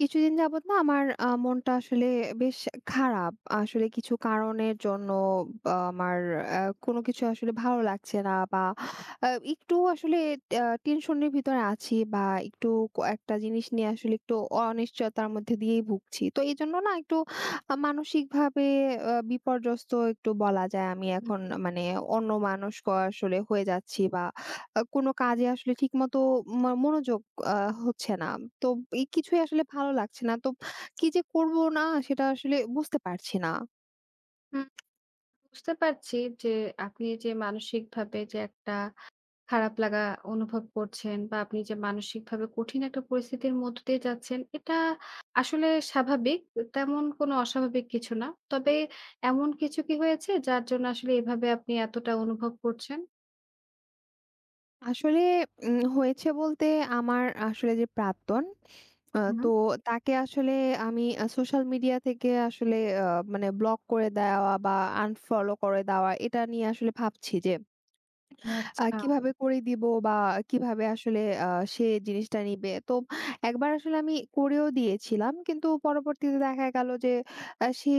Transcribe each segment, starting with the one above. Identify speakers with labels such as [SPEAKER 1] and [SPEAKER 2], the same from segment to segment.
[SPEAKER 1] কিছুদিন যাবত না আমার মনটা আসলে বেশ খারাপ। আসলে কিছু কারণের জন্য আমার আ কোনো কিছু আসলে ভালো লাগছে না, বা একটু আসলে টেনশনের ভিতরে আছি, বা একটু একটা জিনিস নিয়ে আসলে একটু অনিশ্চয়তার মধ্যে দিয়েই ভুগছি। তো এজন্য না একটু মানসিকভাবে বিপর্যস্ত একটু বলা যায় আমি এখন, মানে অন্যমনস্ক আসলে হয়ে যাচ্ছি, বা কোনো কাজে আসলে ঠিকমতো মনোযোগ আ হচ্ছে না। তো এই কিছুই আসলে ভালো লাগছে না। তো কি যে করব না সেটা আসলে বুঝতে পারছি না।
[SPEAKER 2] হুম, বুঝতে পারছি যে আপনি যে মানসিকভাবে যে একটা খারাপ লাগা অনুভব করছেন বা আপনি যে মানসিকভাবে কঠিন একটা পরিস্থিতির মধ্য দিয়ে যাচ্ছেন এটা আসলে স্বাভাবিক। তেমন কোনো অস্বাভাবিক কিছু না। তবে এমন কিছু কি হয়েছে যার জন্য আসলে এভাবে আপনি এতটা অনুভব করছেন?
[SPEAKER 1] আসলে হয়েছে বলতে আমার আসলে যে প্রাক্তন,
[SPEAKER 2] হুম,
[SPEAKER 1] তো তাকে আসলে আমি সোশ্যাল মিডিয়া থেকে আসলে আ মানে ব্লক করে দেওয়া বা আনফলো করে দেওয়া এটা নিয়ে আসলে ভাবছি যে
[SPEAKER 2] আচ্ছা।
[SPEAKER 1] কিভাবে করে দিব বা কিভাবে আসলে আ সে জিনিসটা নিবে। তো একবার আসলে আমি করেও দিয়েছিলাম। কিন্তু পরবর্তীতে দেখা গেল যে সে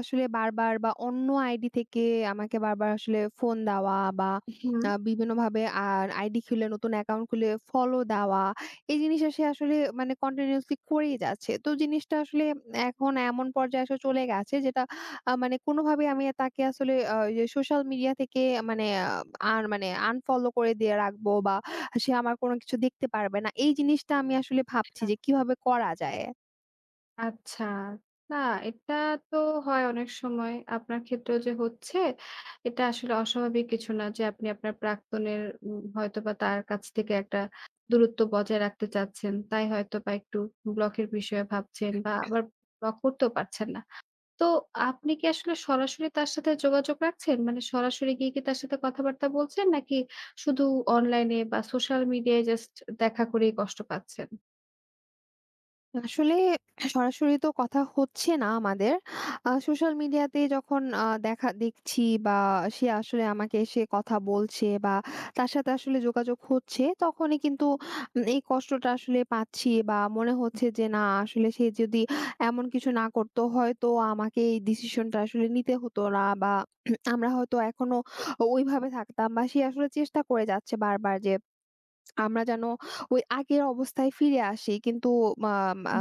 [SPEAKER 1] আসলে বারবার বা অন্য আইডি থেকে আমাকে বারবার আসলে ফোন দেওয়া বা
[SPEAKER 2] হুম।
[SPEAKER 1] বিভিন্নভাবে আর আইডি খুলে নতুন অ্যাকাউন্ট খুলে ফলো দেওয়া। এই জিনিসটা সে আসলে মানে কন্টিনিউয়াসলি করেই যাচ্ছে। তো জিনিসটা আসলে এখন এমন পর্যায়ে এসে চলে গেছে যেটা মানে কোনোভাবেই আমি তাকে আসলে ওই যে সোশ্যাল মিডিয়া থেকে মানে আর মানে আনফলো করে দিয়ে রাখবো বা সে আমার কোনো কিছু দেখতে পারবে না। এই জিনিসটা আমি আসলে ভাবছি যে কিভাবে করা যায়?
[SPEAKER 2] আচ্ছা। না, এটা তো হয় অনেক সময়। আপনার ক্ষেত্রেও যে হচ্ছে, এটা আসলে অস্বাভাবিক কিছু না যে আপনি আপনার প্রাক্তনের হয়তোবা তার কাছ থেকে একটা দূরত্ব বজায় রাখতে চাচ্ছেন। তাই হয়তোবা একটু ব্লকের বিষয়ে ভাবছেন বা আবার ব্লক করতেও পারছেন না। তো আপনি কি আসলে সরাসরি তার সাথে যোগাযোগ রাখছেন? মানে সরাসরি গিয়ে কি তার সাথে কথাবার্তা বলছেন? নাকি শুধু অনলাইনে বা সোশ্যাল মিডিয়ায় জাস্ট দেখা করেই কষ্ট পাচ্ছেন?
[SPEAKER 1] আসলে সরাসরি তো কথা হচ্ছে না আমাদের। সোশ্যাল মিডিয়াতে যখন দেখা দেখছি বা সে আসলে আমাকে এসে কথা বলছে বা তার সাথে আসলে যোগাযোগ হচ্ছে, তখনই কিন্তু এই কষ্টটা আসলে পাচ্ছি বা মনে হচ্ছে যে না আসলে সে যদি এমন কিছু না করতো হয়তো আমাকে এই ডিসিশনটা আসলে নিতে হতো না বা আমরা হয়তো এখনো ওইভাবে থাকতাম বা সে আসলে চেষ্টা করে যাচ্ছে বারবার যে আমরা যেন ওই আগের অবস্থায় ফিরে আসি। কিন্তু মাম আ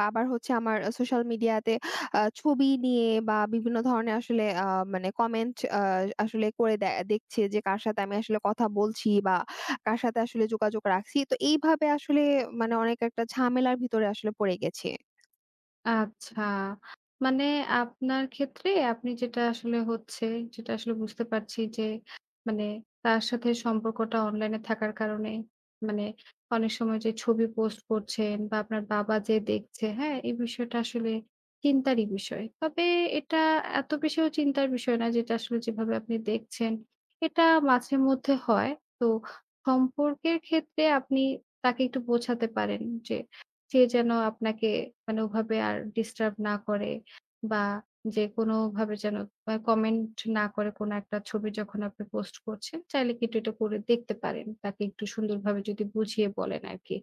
[SPEAKER 1] বাবার হচ্ছে আমার সোশ্যাল মিডিয়াতে ছবি নিয়ে বা বিভিন্ন ধরনের আসলে মানে কমেন্ট আসলে করে দেখছে যে কার সাথে আমি আসলে কথা বলছি বা কার সাথে আসলে যোগাযোগ রাখছি। তো এইভাবে আসলে মানে অনেক একটা ঝামেলার ভিতরে আসলে পড়ে গেছি।
[SPEAKER 2] আচ্ছা। মানে আপনার ক্ষেত্রে আপনি যেটা আসলে হচ্ছে, যেটা আসলে বুঝতে পারছি যে মানে তার সাথে সম্পর্কটা অনলাইনে থাকার কারণে মানে অনেক সময় যে ছবি পোস্ট করছেন বা আপনার বাবা যে দেখছে, হ্যাঁ? এই বিষয়টা আসলে চিন্তারই বিষয়। তবে এটা এত বেশিও চিন্তার বিষয় না যেটা আসলে যেভাবে আপনি দেখছেন। এটা মাঝে মধ্যে হয়। তো সম্পর্কের ক্ষেত্রে আপনি তাকে একটু বোঝাতে পারেন যে সে যেন আপনাকে মানে ওভাবে আর ডিস্টার্ব না করে বা যে কোনোভাবে যেন কমেন্ট না করে কোনো একটা ছবি যখন আপনি পোস্ট করছেন, চাইলে কিন্তু এটা করে দেখতে পারেন। তাকে একটু সুন্দরভাবে যদি বুঝিয়ে বলেন আরকি।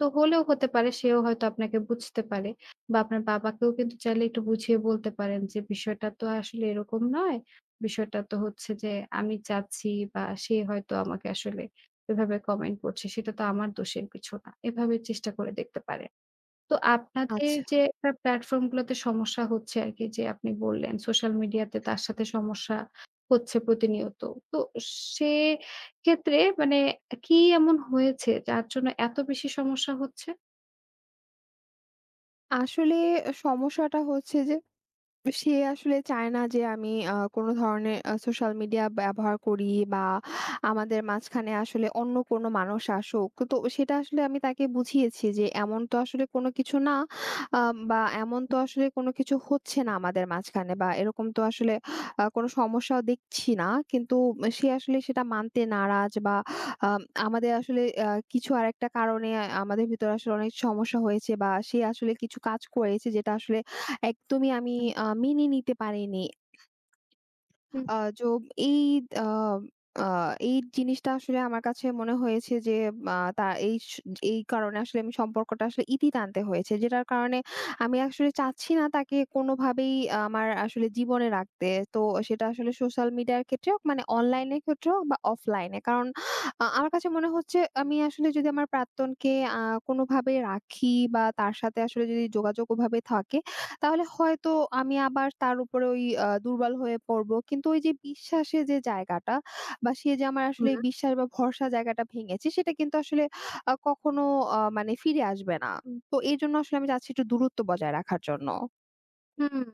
[SPEAKER 2] তো হলেও হতে পারে সেও হয়তো আপনাকে বুঝতে পারে বা আপনার বাবাকেও কিন্তু চাইলে একটু বুঝিয়ে বলতে পারেন যে, "বিষয়টা তো আসলে এরকম নয়। বিষয়টা তো হচ্ছে যে আমি চাচ্ছি বা সে হয়তো আমাকে আসলে এভাবে কমেন্ট করছে। সেটা তো আমার দোষের কিছু না।" এভাবে চেষ্টা করে দেখতে পারেন। তো আপনাদের
[SPEAKER 1] আচ্ছা।
[SPEAKER 2] যে একটা প্ল্যাটফর্ম গুলোতে সমস্যা হচ্ছে আরকি যে আপনি বললেন সোশ্যাল মিডিয়াতে তার সাথে সমস্যা হচ্ছে প্রতিনিয়ত। তো সে ক্ষেত্রে মানে কি এমন হয়েছে যার জন্য এত বেশি সমস্যা হচ্ছে?
[SPEAKER 1] আসলে সমস্যাটা হচ্ছে যে সে আসলে চায় না যে আমি কোনো ধরনের সোশ্যাল মিডিয়া ব্যবহার করি বা আমাদের মাঝখানে আসলে অন্য কোনো মানুষ আসুক। তো সেটা আসলে আমি তাকে বুঝিয়েছি যে, এমন তো আসলে কোনো কিছু না, আ বা এমন তো আসলে কোনো কিছু হচ্ছে না আমাদের মাঝখানে, বা এরকম তো আসলে কোনো সমস্যাও দেখছি না। কিন্তু সে আসলে সেটা মানতে নারাজ, বা আ আমাদের আসলে কিছু আরেকটা কারণে আমাদের ভিতরে আসলে অনেক সমস্যা হয়েছে বা সে আসলে কিছু কাজ করেছে যেটা আসলে একদমই আমি
[SPEAKER 2] হুম,
[SPEAKER 1] মেনে নিতে পারিনি।
[SPEAKER 2] হুম।
[SPEAKER 1] আ যো এই আ আ এই জিনিসটা আসলে আমার কাছে মনে হয়েছে যে আ তা এই স এই কারণে আসলে আমি সম্পর্কটা আসলে ইতি টানতে হয়েছে। যেটার কারণে আমি আসলে চাচ্ছি না তাকে কোনোভাবেই আমার আসলে জীবনে রাখতে। তো সেটা আসলে সোশ্যাল মিডিয়ার ক্ষেত্রে হোক, মানে অনলাইনের ক্ষেত্রে হোক বা অফলাইনে। কারণ আমার কাছে মনে হচ্ছে আমি আসলে যদি আমার প্রাক্তনকে আ কোনোভাবে রাখি বা তার সাথে আসলে যদি যোগাযোগ ওভাবে থাকে তাহলে হয়তো আমি আবার তার উপরে ওই দুর্বল হয়ে পড়বো। কিন্তু ওই যে বিশ্বাসের যে জায়গাটা বা সে যে আমার আসলে
[SPEAKER 2] হুম,
[SPEAKER 1] এই বিশ্বাস বা ভরসা জায়গাটা ভেঙেছে সেটা কিন্তু আসলে কখনো মানে ফিরে আসবে না। তো এজন্য আসলে আমি চাচ্ছি একটু দূরত্ব বজায় রাখার জন্য।
[SPEAKER 2] হুম।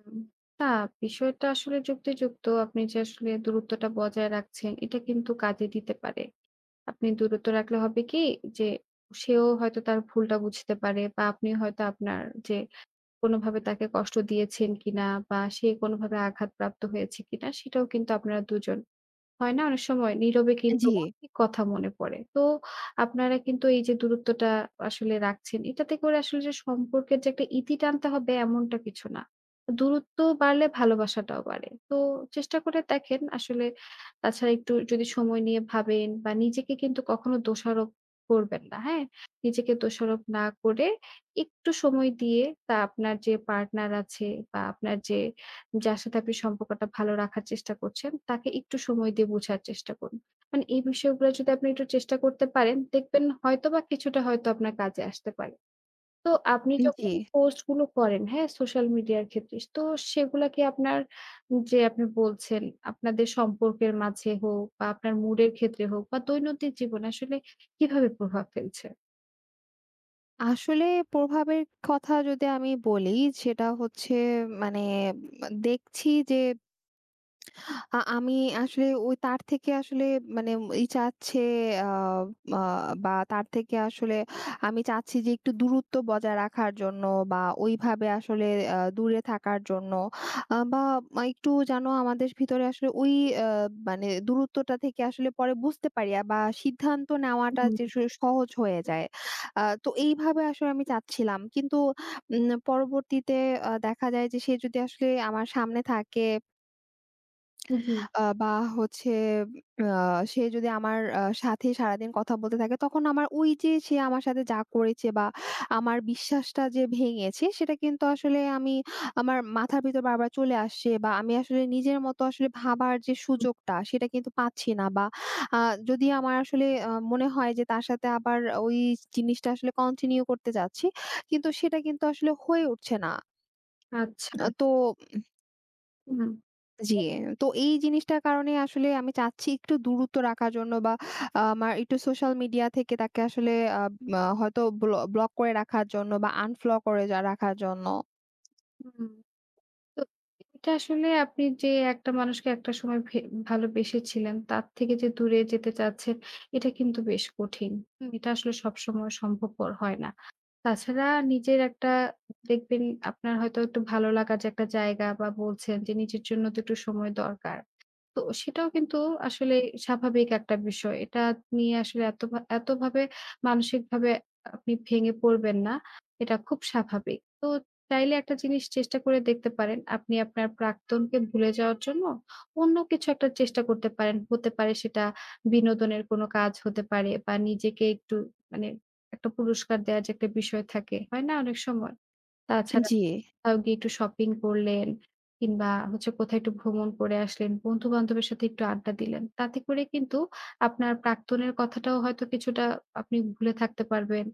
[SPEAKER 2] না বিষয়টা আসলে যুক্তিযুক্ত। আপনি যে আসলে দূরত্বটা বজায় রাখছেন এটা কিন্তু কাজে দিতে পারে। আপনি দূরত্ব রাখলে হবে কি যে সেও হয়তো তার ভুলটা বুঝতে পারে বা আপনি হয়তো আপনার যে কোনোভাবে তাকে কষ্ট দিয়েছেন কিনা বা সে কোনোভাবে আঘাতপ্রাপ্ত হয়েছে কিনা সেটাও কিন্তু আপনারা দুজন হয় না? অনেক সময় নীরবে কিন্তু
[SPEAKER 1] জি,
[SPEAKER 2] অনেক কথা মনে পড়ে। তো আপনারা কিন্তু এই যে দূরত্বটা আসলে রাখছেন, এটাতে করে আসলে যে সম্পর্কের যে একটা ইতি টানতে হবে এমনটা কিছু না। দূরত্ব বাড়লে ভালোবাসাটাও বাড়ে। তো চেষ্টা করে দেখেন আসলে তাছাড়া একটু যদি সময় নিয়ে ভাবেন বা নিজেকে কিন্তু কখনো দোষারোপ করবেন না, হ্যাঁ? নিজেকে দোষারোপ না করে একটু সময় দিয়ে তা আপনার যে পার্টনার আছে বা আপনার যে যার সাথে আপনি সম্পর্কটা ভালো রাখার চেষ্টা করছেন, তাকে একটু সময় দিয়ে বোঝার চেষ্টা করুন। মানে এই বিষয়গুলো যদি আপনি একটু চেষ্টা করতে পারেন, দেখবেন হয়তোবা কিছুটা হয়তো আপনার কাজে আসতে পারে। তো আপনি
[SPEAKER 1] জি।
[SPEAKER 2] যখন পোস্ট গুলো করেন, হ্যাঁ? সোশ্যাল মিডিয়ার ক্ষেত্রে, তো সেগুলা কি আপনার যে আপনি বলছেন, আপনাদের সম্পর্কের মাঝে হোক বা আপনার মুড এর ক্ষেত্রে হোক বা দৈনন্দিন জীবনে আসলে কিভাবে প্রভাব ফেলছে?
[SPEAKER 1] আসলে প্রভাবের কথা যদি আমি বলি সেটা হচ্ছে মানে দেখছি যে আমি আসলে ওই তার থেকে আসলে মানে ই চাচ্ছে আ আ বা তার থেকে আসলে আমি চাচ্ছি যে একটু দূরত্ব বজায় রাখার জন্য বা ওইভাবে আসলে দূরে থাকার জন্য, বা একটু যেন আমাদের ভিতরে আসলে ওই আ মানে দূরত্বটা থেকে আসলে পরে বুঝতে পারি আর বা সিদ্ধান্ত নেওয়াটা
[SPEAKER 2] হুম,
[SPEAKER 1] যে সহজ হয়ে যায়। তো এইভাবে আসলে আমি চাচ্ছিলাম। কিন্তু পরবর্তীতে দেখা যায় যে সে যদি আসলে আমার সামনে থাকে
[SPEAKER 2] জি।
[SPEAKER 1] বা হচ্ছে আ সে যদি আমার সাথে সারাদিন কথা বলতে থাকে তখন আমার ওই যে সে আমার সাথে যা করেছে বা আমার বিশ্বাসটা যে ভেঙেছে সেটা কিন্তু আসলে আমি আমার মাথার ভিতর বারবার চলে আসছে বা আমি আসলে নিজের মতো আসলে ভাবার যে
[SPEAKER 2] হুম,
[SPEAKER 1] সুযোগটা সেটা কিন্তু পাচ্ছি না, বা আ যদি আমার আসলে মনে হয় যে তার সাথে আবার ওই জিনিসটা আসলে কন্টিনিউ করতে যাচ্ছি কিন্তু সেটা কিন্তু আসলে হয়ে উঠছে না।
[SPEAKER 2] আচ্ছা।
[SPEAKER 1] তো
[SPEAKER 2] হুম,
[SPEAKER 1] জি, তো এই জিনিসটার কারণে আসলে আমি চাচ্ছি একটু দূরত্ব রাখার জন্য বা আমার একটু সোশ্যাল মিডিয়া থেকে তাকে আসলে আ আ হয়তো ব্লক করে রাখার জন্য বা আনফ্লো করে যা রাখার জন্য।
[SPEAKER 2] হুম। তো এটা আসলে আপনি যে একটা মানুষকে একটা সময় ভালোবেসেছিলেন, তার থেকে যে দূরে যেতে চাচ্ছেন, এটা কিন্তু বেশ কঠিন। হুম? এটা আসলে সবসময় সম্ভবপর হয় না। তাছাড়া নিজের একটা দেখবেন আপনার হয়তো একটু ভালো লাগার যে একটা জায়গা বা বলছেন যে নিজের জন্য তো একটু সময় দরকার। তো সেটাও কিন্তু আসলে স্বাভাবিক একটা বিষয়। এটা নিয়ে আসলে এত ভা এতভাবে মানসিকভাবে আপনি ভেঙে পড়বেন না। এটা খুব স্বাভাবিক। তো চাইলে একটা জিনিস চেষ্টা করে দেখতে পারেন। আপনি আপনার প্রাক্তনকে ভুলে যাওয়ার জন্য অন্য কিছু একটা চেষ্টা করতে পারেন। হতে পারে সেটা বিনোদনের কোনো কাজ হতে পারে বা নিজেকে একটু মানে একটা পুরস্কার দেওয়ার যে একটা বিষয় থাকে, হয় না অনেক সময়? তাছাড়া
[SPEAKER 1] জি।
[SPEAKER 2] কোথাও গিয়ে একটু শপিং করলেন কিংবা হচ্ছে কোথাও একটু ভ্রমণ করে আসলেন, বন্ধু-বান্ধবের সাথে একটু আড্ডা দিলেন। তাতে করে কিন্তু আপনার প্রাক্তনের কথাটাও হয়তো কিছুটা আপনি ভুলে থাকতে পারবেন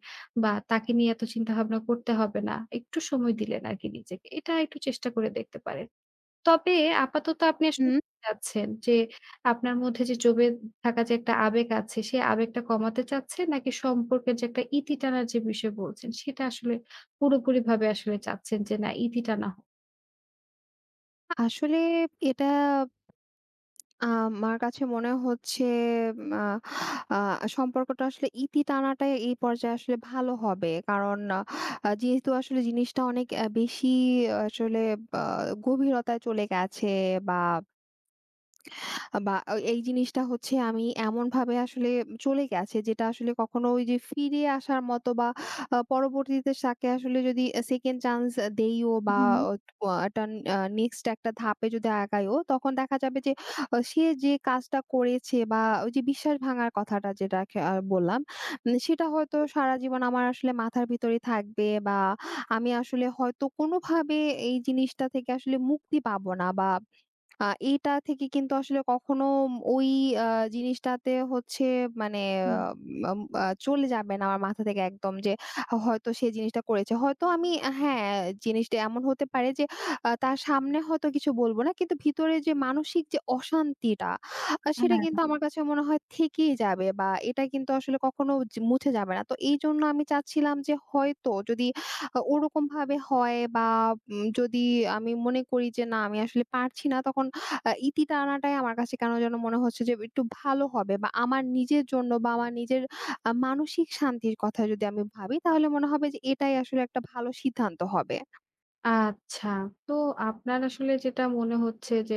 [SPEAKER 2] বা তাকে নিয়ে এত চিন্তাভাবনা করতে হবে না। একটু সময় দিলেন আরকি নিজেকে। এটা একটু চেষ্টা করে দেখতে পারেন। তবে আপাতত আপনি আসলে
[SPEAKER 1] হুম,
[SPEAKER 2] কি চাচ্ছেন যে আপনার মধ্যে যে জমে থাকা যে একটা আবেগ আছে, সে আবেগটা কমাতে চাচ্ছেন নাকি সম্পর্কের যে একটা ইতি টানার যে বিষয় বলছেন সেটা আসলে পুরোপুরিভাবে আসলে চাচ্ছেন যে না ইতি টানা হোক?
[SPEAKER 1] আসলে এটা আমার কাছে মনে হচ্ছে আ আ সম্পর্কটা আসলে ইতি টানাটাই এই পর্যায়ে আসলে ভালো হবে। কারণ যেহেতু আসলে জিনিসটা অনেক বেশি আসলে আ গভীরতায় চলে গেছে, বা বা অ এই জিনিসটা হচ্ছে আমি এমনভাবে আসলে চলে গেছে যেটা আসলে কখনো ওই যে ফিরে আসার মতো, বা পরবর্তীতে তাকে আসলে যদি সেকেন্ড চান্স দেইও বা
[SPEAKER 2] হুম,
[SPEAKER 1] একটা নেক্সট একটা ধাপে যদি আগাইও তখন দেখা যাবে যে সে যে কাজটা করেছে বা ওই যে বিশ্বাস ভাঙার কথাটা যেটা খে আ বললাম, সেটা হয়তো সারা জীবন আমার আসলে মাথার ভিতরে থাকবে বা আমি আসলে হয়তো কোনোভাবে এই জিনিসটা থেকে আসলে মুক্তি পাবো না, বা আ এটা থেকে কিন্তু আসলে কখনো ওই আ জিনিসটাতে হচ্ছে মানে আ উম আ চলে যাবে না আমার মাথা থেকে একদম যে হয়তো সে জিনিসটা করেছে। হয়তো আমি, হ্যাঁ, জিনিসটা এমন হতে পারে যে তার সামনে হয়তো কিছু বলব না। কিন্তু ভিতরে যে মানসিক যে অশান্তিটা, সেটা
[SPEAKER 2] হুম।
[SPEAKER 1] কিন্তু আমার কাছে মনে হয় থেকেই যাবে বা এটা কিন্তু আসলে কখনো যে মুছে যাবে না। তো এইজন্য আমি চাচ্ছিলাম যে হয়তো যদি ওরকমভাবে হয় বা যদি আমি মনে করি যে না আমি আসলে পারছি না তখন ইতি টানাটাই আমার কাছে কেন যেন মনে হচ্ছে যে একটু ভালো হবে বা আমার নিজের জন্য বা আমার নিজের মানসিক শান্তির কথা যদি আমি ভাবি তাহলে মনে হবে যে এটাই আসলে একটা ভালো সিদ্ধান্ত হবে।
[SPEAKER 2] আচ্ছা। তো আপনার আসলে যেটা মনে হচ্ছে যে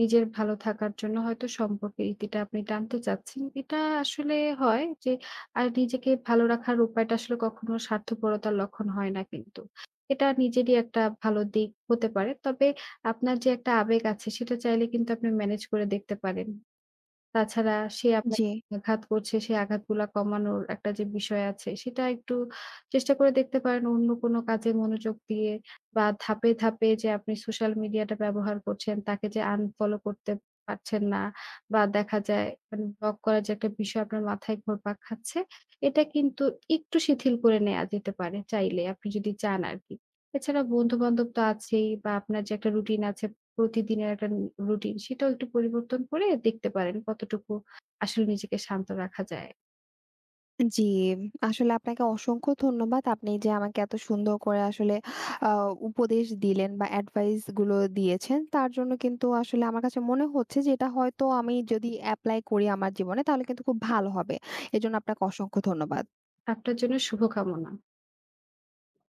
[SPEAKER 2] নিজের ভালো থাকার জন্য হয়তো সম্পর্কের ইতিটা আপনি টানতে চাচ্ছেন। এটা আসলে হয় যে আর নিজেকে ভালো রাখার উপায়টা আসলে কখনো স্বার্থপরতার লক্ষণ হয় না কিন্তু। এটা নিজেরই একটা ভালো দিক হতে পারে। তবে আপনার যে একটা আবেগ আছে সেটা চাইলে কিন্তু আপনি ম্যানেজ করে দেখতে পারেন। তাছাড়া সে
[SPEAKER 1] জি।
[SPEAKER 2] আপনাকে আঘাত করছে, সেই আঘাতগুলা কমানোর একটা যে বিষয় আছে, সেটা একটু চেষ্টা করে দেখতে পারেন অন্য কোনো কাজে মনোযোগ দিয়ে বা ধাপে, ধাপে যে আপনি সোশ্যাল মিডিয়াটা ব্যবহার করছেন, তাকে যে আনফলো করতে পারছেন না বা দেখা যায় মানে ব্লক করার যে একটা বিষয় আপনার মাথায় ঘুরপাক খাচ্ছে, এটা কিন্তু একটু শিথিল করে নেয়া যেতে পারে চাইলে, আপনি যদি চান আরকি। এছাড়া বন্ধু-বান্ধব তো আছেই বা আপনার যে একটা রুটিন আছে প্রতিদিনের একটা রুটিন সেটাও একটু পরিবর্তন করে দেখতে পারেন কতটুকু আসলে নিজেকে শান্ত রাখা যায়।
[SPEAKER 1] জি, আসলে আপনাকে অসংখ্য ধন্যবাদ। আপনি যে আমাকে এত সুন্দর করে আসলে আ উপদেশ দিলেন বা এডভাইস গুলো দিয়েছেন তার জন্য কিন্তু আসলে আমার কাছে মনে হচ্ছে যে এটা হয়তো আমি যদি এপ্লাই করি আমার জীবনে তাহলে কিন্তু খুব ভালো হবে। এজন্য আপনাকে অসংখ্য ধন্যবাদ।
[SPEAKER 2] আপনার জন্য শুভকামনা।